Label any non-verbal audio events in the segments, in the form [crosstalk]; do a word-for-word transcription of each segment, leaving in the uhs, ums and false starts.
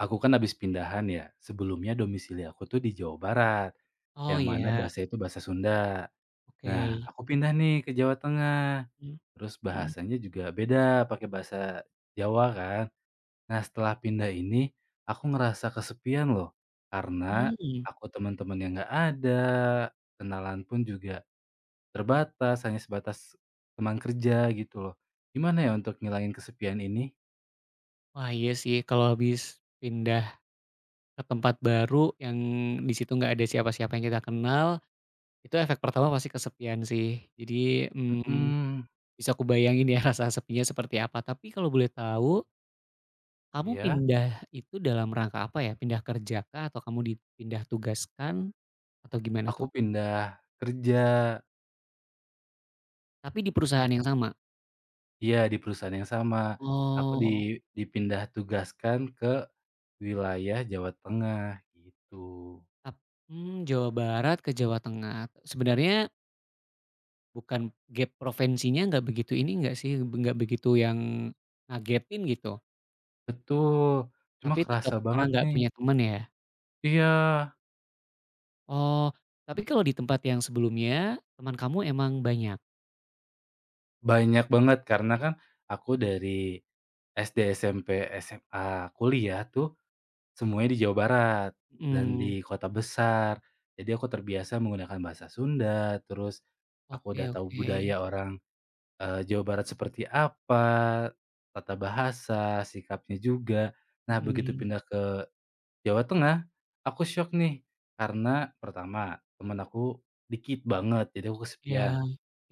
Aku kan habis pindahan ya, sebelumnya domisili aku tuh di Jawa Barat, Oh yang mana ya, bahasa itu bahasa Sunda. Nah, oke. aku pindah nih ke Jawa Tengah, Mhm terus mhm, bahasanya juga beda pakai bahasa Jawa kan. Nah, setelah pindah ini, aku ngerasa kesepian loh, karena mmm. aku teman-teman yang nggak ada, kenalan pun juga terbatas, hanya sebatas teman kerja gitu loh. Gimana ya untuk ngilangin kesepian ini? Wah iya sih kalau habis pindah ke tempat baru yang di situ nggak ada siapa-siapa yang kita kenal, itu efek pertama pasti kesepian sih. Jadi, mmm, Mhm, bisa aku bayangin ya [laughs] rasa sepinya seperti apa. Tapi kalau boleh tahu, kamu ya, pindah itu dalam rangka apa ya? Pindah kerja kah atau kamu dipindah tugaskan atau gimana aku tuh? pindah kerja. Tapi di perusahaan Id yang sama? iya, di perusahaan yang sama. Aku Oh, di dipindah tugaskan ke wilayah Jawa Tengah, gitu. tap mmm, Jawa Barat ke Jawa Tengah. Sebenarnya Bukan Gap provinsinya nggak begitu ini nggak sih, nggak begitu yang ngagetin gitu, Betul, cuma tapi tetap kerasa karena banget nggak nih, punya teman ya? iya, Oh, tapi kalau di tempat yang sebelumnya, teman kamu emang banyak? banyak banget karena kan aku dari S D, S M P, S M A, kuliah tuh semuanya di Jawa Barat dan Mhm, di kota besar. Jadi aku terbiasa menggunakan bahasa Sunda, terus aku oke udah tahu oke, budaya orang Eee, Jawa Barat seperti apa, tata bahasa, sikapnya juga. Nah, begitu mhm, pindah ke Jawa Tengah, aku syok nih, karena pertama, temen aku dikit banget, jadi aku iya, kesepian.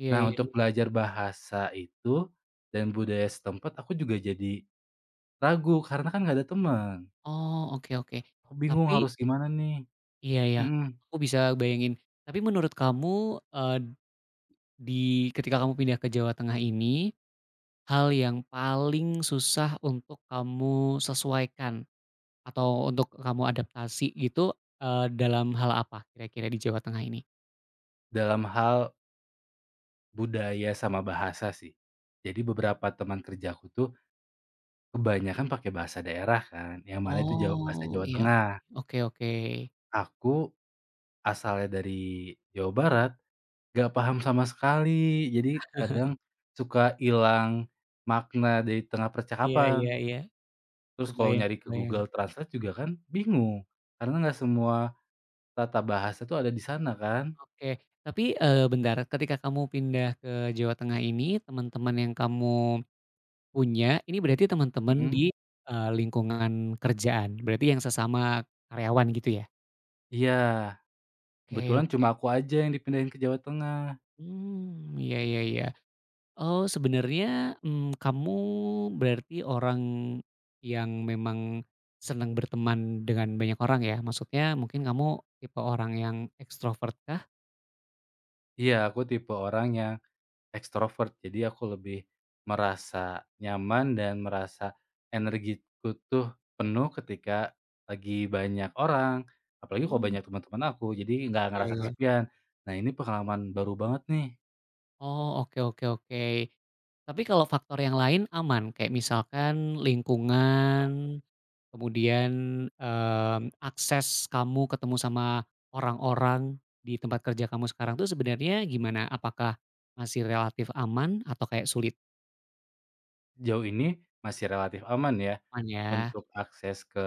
iya Nah, iya, untuk belajar bahasa itu dan budaya setempat, aku juga jadi ragu karena kan nggak ada teman. oh, oke oke. Aku bingung Tapi harus gimana nih. iya ya, Mhm, aku bisa bayangin. Tapi menurut kamu, eee, di ketika kamu pindah ke Jawa Tengah ini, hal yang paling susah untuk kamu sesuaikan atau untuk kamu adaptasi gitu, eee, dalam hal apa kira-kira di Jawa Tengah ini? dalam hal budaya sama bahasa sih. Jadi beberapa teman kerjaku tuh kebanyakan pakai bahasa daerah kan, yang mana itu Jawa bahasa Oh, Jawa iya, Tengah. oke oke. Aku asalnya dari Jawa Barat, nggak paham sama sekali. Jadi kadang suka hilang makna di tengah Iya iya percakapan. iya, Terus kalau kebayang nyari ke kebayang. Google Translate juga kan bingung, karena nggak semua tata bahasa itu ada di sana kan. Oke, tapi, eee, bentar, ketika kamu pindah ke Jawa Tengah ini, teman-teman yang kamu punya, ini berarti teman-teman Mhm. di, eee, lingkungan kerjaan, berarti yang sesama karyawan gitu ya? Iya, Oke kebetulan cuma oke, aku aja yang dipindahin ke Jawa Tengah. mmm, iya iya iya. Oh, sebenarnya, mmm, kamu berarti orang yang memang senang berteman dengan banyak orang ya? Maksudnya mungkin kamu tipe orang yang ekstrovert kah? Iya, aku tipe orang yang ekstrovert, jadi aku lebih merasa nyaman dan merasa energiku tuh penuh ketika lagi banyak orang, apalagi kalau Mmm, banyak teman-teman aku, jadi nggak iya ngerasa iya. kesepian. Nah, ini pengalaman baru banget nih. Oh, oke oke oke. Tapi kalau faktor yang lain aman? Kayak misalkan lingkungan, kemudian, mmm, akses kamu ketemu sama orang-orang di tempat kerja kamu sekarang tuh sebenarnya gimana? Apakah masih relatif aman atau kayak sulit? Jauh ini masih relatif aman ya, Aman ya. untuk akses ke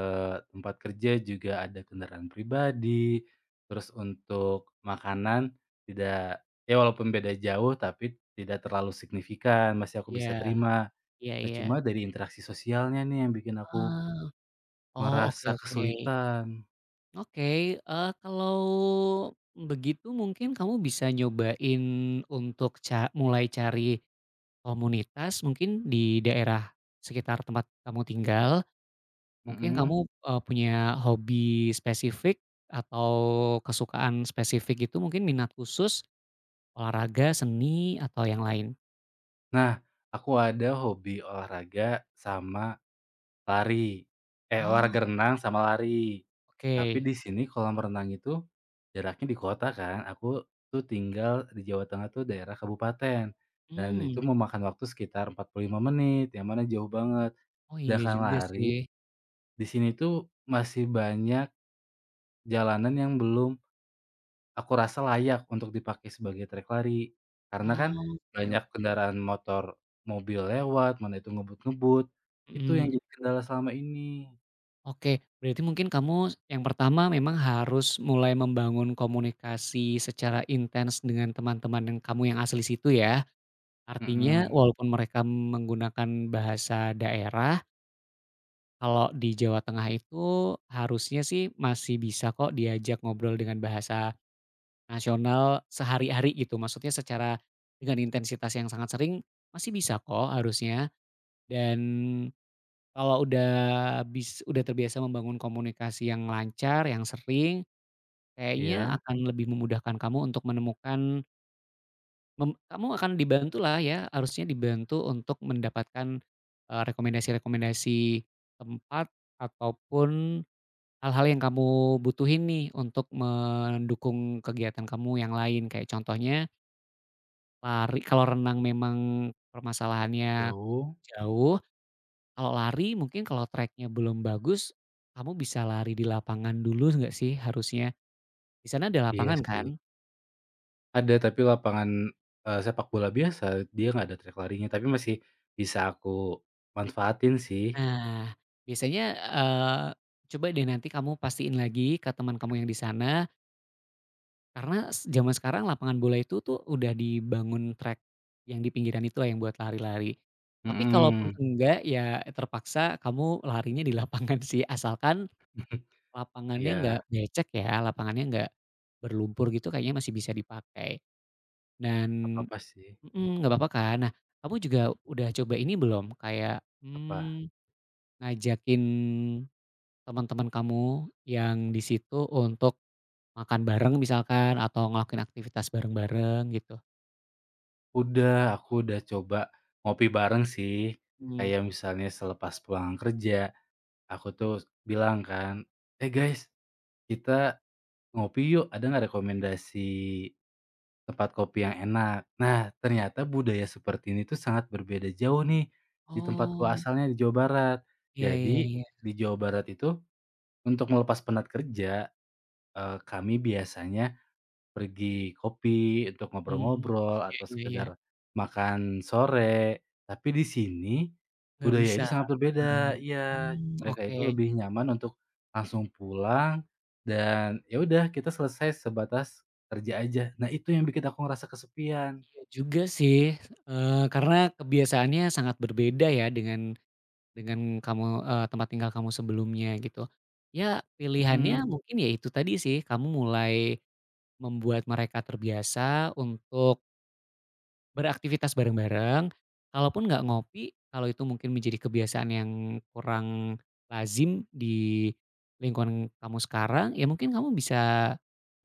tempat kerja juga ada kendaraan pribadi, terus untuk makanan tidak ya walaupun beda jauh, tapi tidak terlalu signifikan, masih aku Iya bisa terima. iya Nah, iya. cuma dari interaksi sosialnya nih yang bikin aku Ah, oh, oke merasa oke. kesulitan. Oke, eee, kalau begitu mungkin kamu bisa nyobain untuk ca mulai cari komunitas mungkin di daerah sekitar tempat kamu tinggal. Mungkin Mhm. kamu, eee, punya hobi spesifik atau kesukaan spesifik gitu mungkin minat khusus, olahraga, seni, atau yang lain? Nah, aku ada hobi olahraga sama lari, eh, Oh, olahraga renang sama lari. Tapi oke. di sini kolam renang itu jaraknya di kota kan, aku tuh tinggal di Jawa Tengah tuh daerah kabupaten, dan itu Hmm. memakan waktu sekitar empat puluh lima menit, yang mana jauh banget. Oh iya Sedangkan juga lari, sih. di sini tuh masih banyak jalanan yang belum aku rasa layak untuk dipakai sebagai trek lari, karena Oh, kan oke ok banyak kendaraan motor, mobil lewat, mana itu ngebut-ngebut, itu yang mhm. jadi kendala selama ini. Oke, berarti mungkin kamu yang pertama memang harus mulai membangun komunikasi secara intens dengan teman-teman yang kamu yang asli situ ya. Artinya Mhm, walaupun mereka menggunakan bahasa daerah, kalau di Jawa Tengah itu harusnya sih masih bisa kok diajak ngobrol dengan bahasa nasional sehari-hari gitu. Maksudnya secara dengan intensitas yang sangat sering masih bisa kok harusnya dan kalau udah bis udah terbiasa membangun komunikasi yang lancar, yang sering, kayaknya Mhm. iya, akan lebih memudahkan kamu untuk menemukan mem kamu akan dibantulah ya, harusnya dibantu untuk mendapatkan, eee, rekomendasi-rekomendasi tempat ataupun hal-hal yang kamu butuhin nih untuk mendukung kegiatan kamu yang lain. Kayak contohnya lari, kalau renang memang permasalahannya jauh. jauh. Kalau lari mungkin kalau track belum bagus, kamu bisa lari di lapangan dulu nggak sih harusnya? Di sana ada Iya lapangan Iya. kan? sih, ada tapi lapangan, eee, sepak bola biasa, dia nggak ada trek larinya, tapi masih bisa aku manfaatin sih. Nah, biasanya, eee, coba deh nanti kamu pastiin lagi ke teman kamu yang di sana, karena s zaman sekarang lapangan bola itu tuh udah dibangun track yang di pinggiran itu lah yang buat lari-lari. Tapi kalaupun Mhm. enggak, ya terpaksa kamu larinya di lapangan sih, asalkan [laughs] lapangannya nggak Iya, becek ya, lapangannya nggak berlumpur gitu kayaknya masih bisa dipakai. Dan nggak apa-apa sih, mhm, nggak apa-apa kan? Nah, kamu juga udah coba ini belum? Kayak, apa? mmm, ngajakin teman-teman kamu yang di situ untuk makan bareng misalkan atau ngelakuin aktivitas bareng-bareng gitu? Udah, aku udah coba ngopi bareng sih, Mhm. kayak misalnya selepas pulang kerja. Aku tuh bilang kan, "Eh, guys, kita ngopi yuk, ada nggak rekomendasi tempat kopi yang enak?" Nah, ternyata budaya seperti ini tuh sangat berbeda jauh nih di, mhm, tempatku Oh, asalnya di Jawa Barat. iya iya Jadi, iya, di Jawa Barat itu untuk melepas penat kerja, eee, kami biasanya pergi kopi untuk mmm, ngobrol-ngobrol iya atau iya iya, sekedar makan sore, tapi di sini nggak budaya bisa. itu sangat berbeda, iya, Mmm, mereka itu oke, lebih nyaman untuk langsung pulang dan ya udah kita selesai sebatas kerja aja. Nah itu yang bikin aku ngerasa kesepian. iya juga sih, eee, karena kebiasaannya sangat berbeda ya dengan Dengan kamu, eee, tempat tinggal kamu sebelumnya gitu. Ya pilihannya Mhm. Mhm, mungkin ya itu tadi sih, kamu mulai membuat mereka terbiasa untuk beraktivitas bareng-bareng, kalaupun nggak ngopi, kalau itu mungkin menjadi kebiasaan yang kurang lazim di lingkungan kamu sekarang, ya mungkin kamu bisa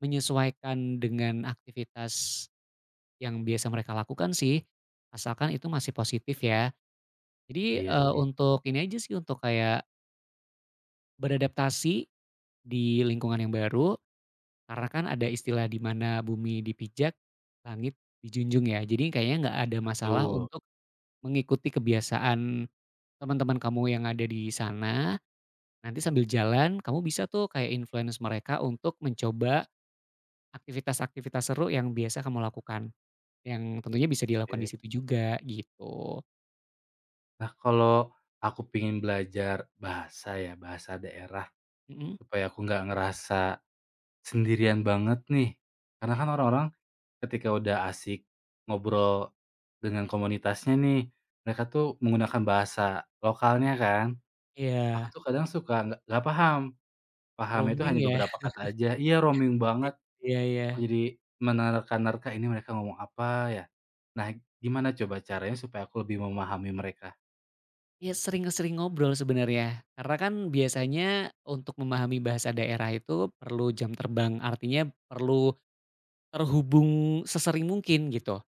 menyesuaikan dengan aktivitas yang biasa mereka lakukan sih, asalkan itu masih positif ya. Jadi, iya eee, sih, untuk ini aja sih, untuk kayak beradaptasi di lingkungan yang baru, karena kan ada istilah di mana bumi dipijak, langit dijunjung ya. Jadi kayaknya nggak ada masalah betul, untuk mengikuti kebiasaan teman-teman kamu yang ada di sana. Nanti sambil jalan kamu bisa tuh kayak influence mereka untuk mencoba aktivitas-aktivitas seru yang biasa kamu lakukan, yang tentunya bisa dilakukan di oke. situ juga gitu. Nah kalau aku pengen belajar bahasa ya, bahasa daerah Mhm, supaya aku nggak ngerasa sendirian banget nih, karena kan orang-orang ketika udah asik ngobrol dengan komunitasnya nih, mereka tuh menggunakan bahasa lokalnya kan. Aku iya tuh kadang suka nggak nggak paham, pahamnya itu roaming hanya ya, beberapa kata aja. Iya roaming banget, iya iya. aku jadi menerka-nerka ini mereka ngomong apa ya. Nah gimana coba caranya supaya aku lebih memahami mereka? Ya sering-sering ngobrol sebenarnya, karena kan biasanya untuk memahami bahasa daerah itu perlu jam terbang, artinya perlu terhubung sesering mungkin gitu.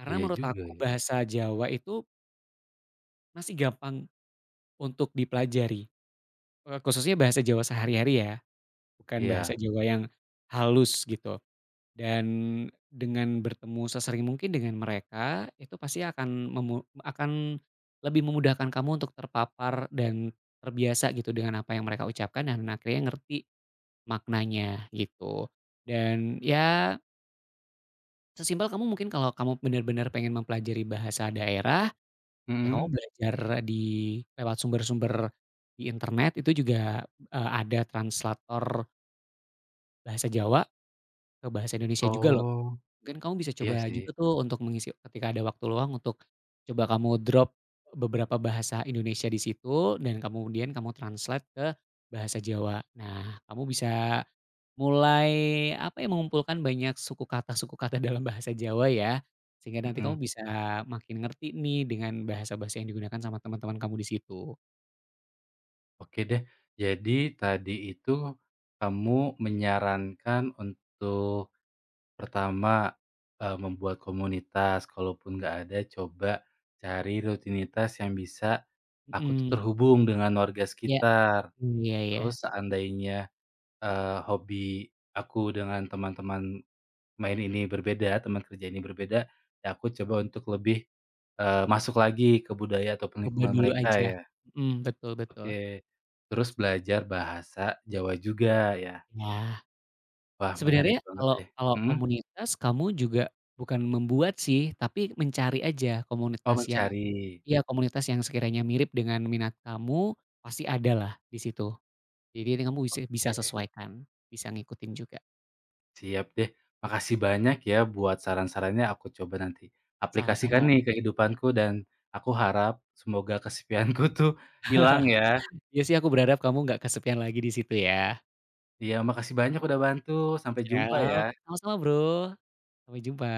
Karena Iya menurut juga aku ya, bahasa Jawa itu masih gampang untuk dipelajari, eee, khususnya bahasa Jawa sehari-hari ya, bukan bahasa iya, Jawa yang halus gitu. Dan dengan bertemu sesering mungkin dengan mereka, itu pasti akan memu akan lebih memudahkan kamu untuk terpapar dan terbiasa gitu dengan apa yang mereka ucapkan dan akhirnya ngerti maknanya gitu. Dan ya sesimpel kamu mungkin kalau kamu benar-benar pengen mempelajari bahasa daerah, ya kamu mhm. belajar di lewat sumber-sumber di internet itu juga, eee, ada translator bahasa Jawa ke bahasa Indonesia juga loh. Oh, Mungkin kamu bisa iya coba sih, juga tuh untuk mengisi ketika ada waktu luang untuk coba kamu drop beberapa bahasa Indonesia di situ dan kemudian kamu translate ke bahasa Jawa. Nah, kamu bisa mulai apa ya, mengumpulkan banyak suku kata suku kata dalam bahasa Jawa ya, sehingga nanti mhm. kamu bisa makin ngerti nih dengan bahasa-bahasa yang digunakan sama teman-teman kamu di situ. Oke deh, jadi tadi itu kamu menyarankan untuk pertama, eee, membuat komunitas, kalaupun nggak ada coba cari rutinitas yang bisa aku tuh Mhm, terhubung dengan warga iya sekitar. iya iya, Terus seandainya, eee, hobi aku dengan teman-teman main ini berbeda, teman kerja ini berbeda, ya aku coba untuk lebih, eee, masuk lagi ke budaya ataupun coba lingkungan dulu mereka aja. ya. Mhm, betul betul. Oke, terus belajar bahasa Jawa juga ya. Ya. Wah menarik Sebenarnya banget kalau deh. kalau Mhm? komunitas kamu juga bukan membuat sih, tapi mencari aja Oh komunitas yang mencari. iya, komunitas yang sekiranya mirip dengan minat kamu, pasti ada lah di situ. Jadi ini kamu bisa bisa Oke. sesuaikan, bisa ngikutin juga. Siap deh. Makasih banyak ya buat saran-sarannya, aku coba nanti aplikasikan, iya, Sama-sama. nih kehidupanku dan aku harap semoga kesepianku [laughs] tuh hilang ya. Iya sih aku berharap kamu nggak kesepian lagi di situ ya. Iya makasih banyak udah bantu, sampai jumpa ya. Siap, sama-sama Bro, sampai jumpa.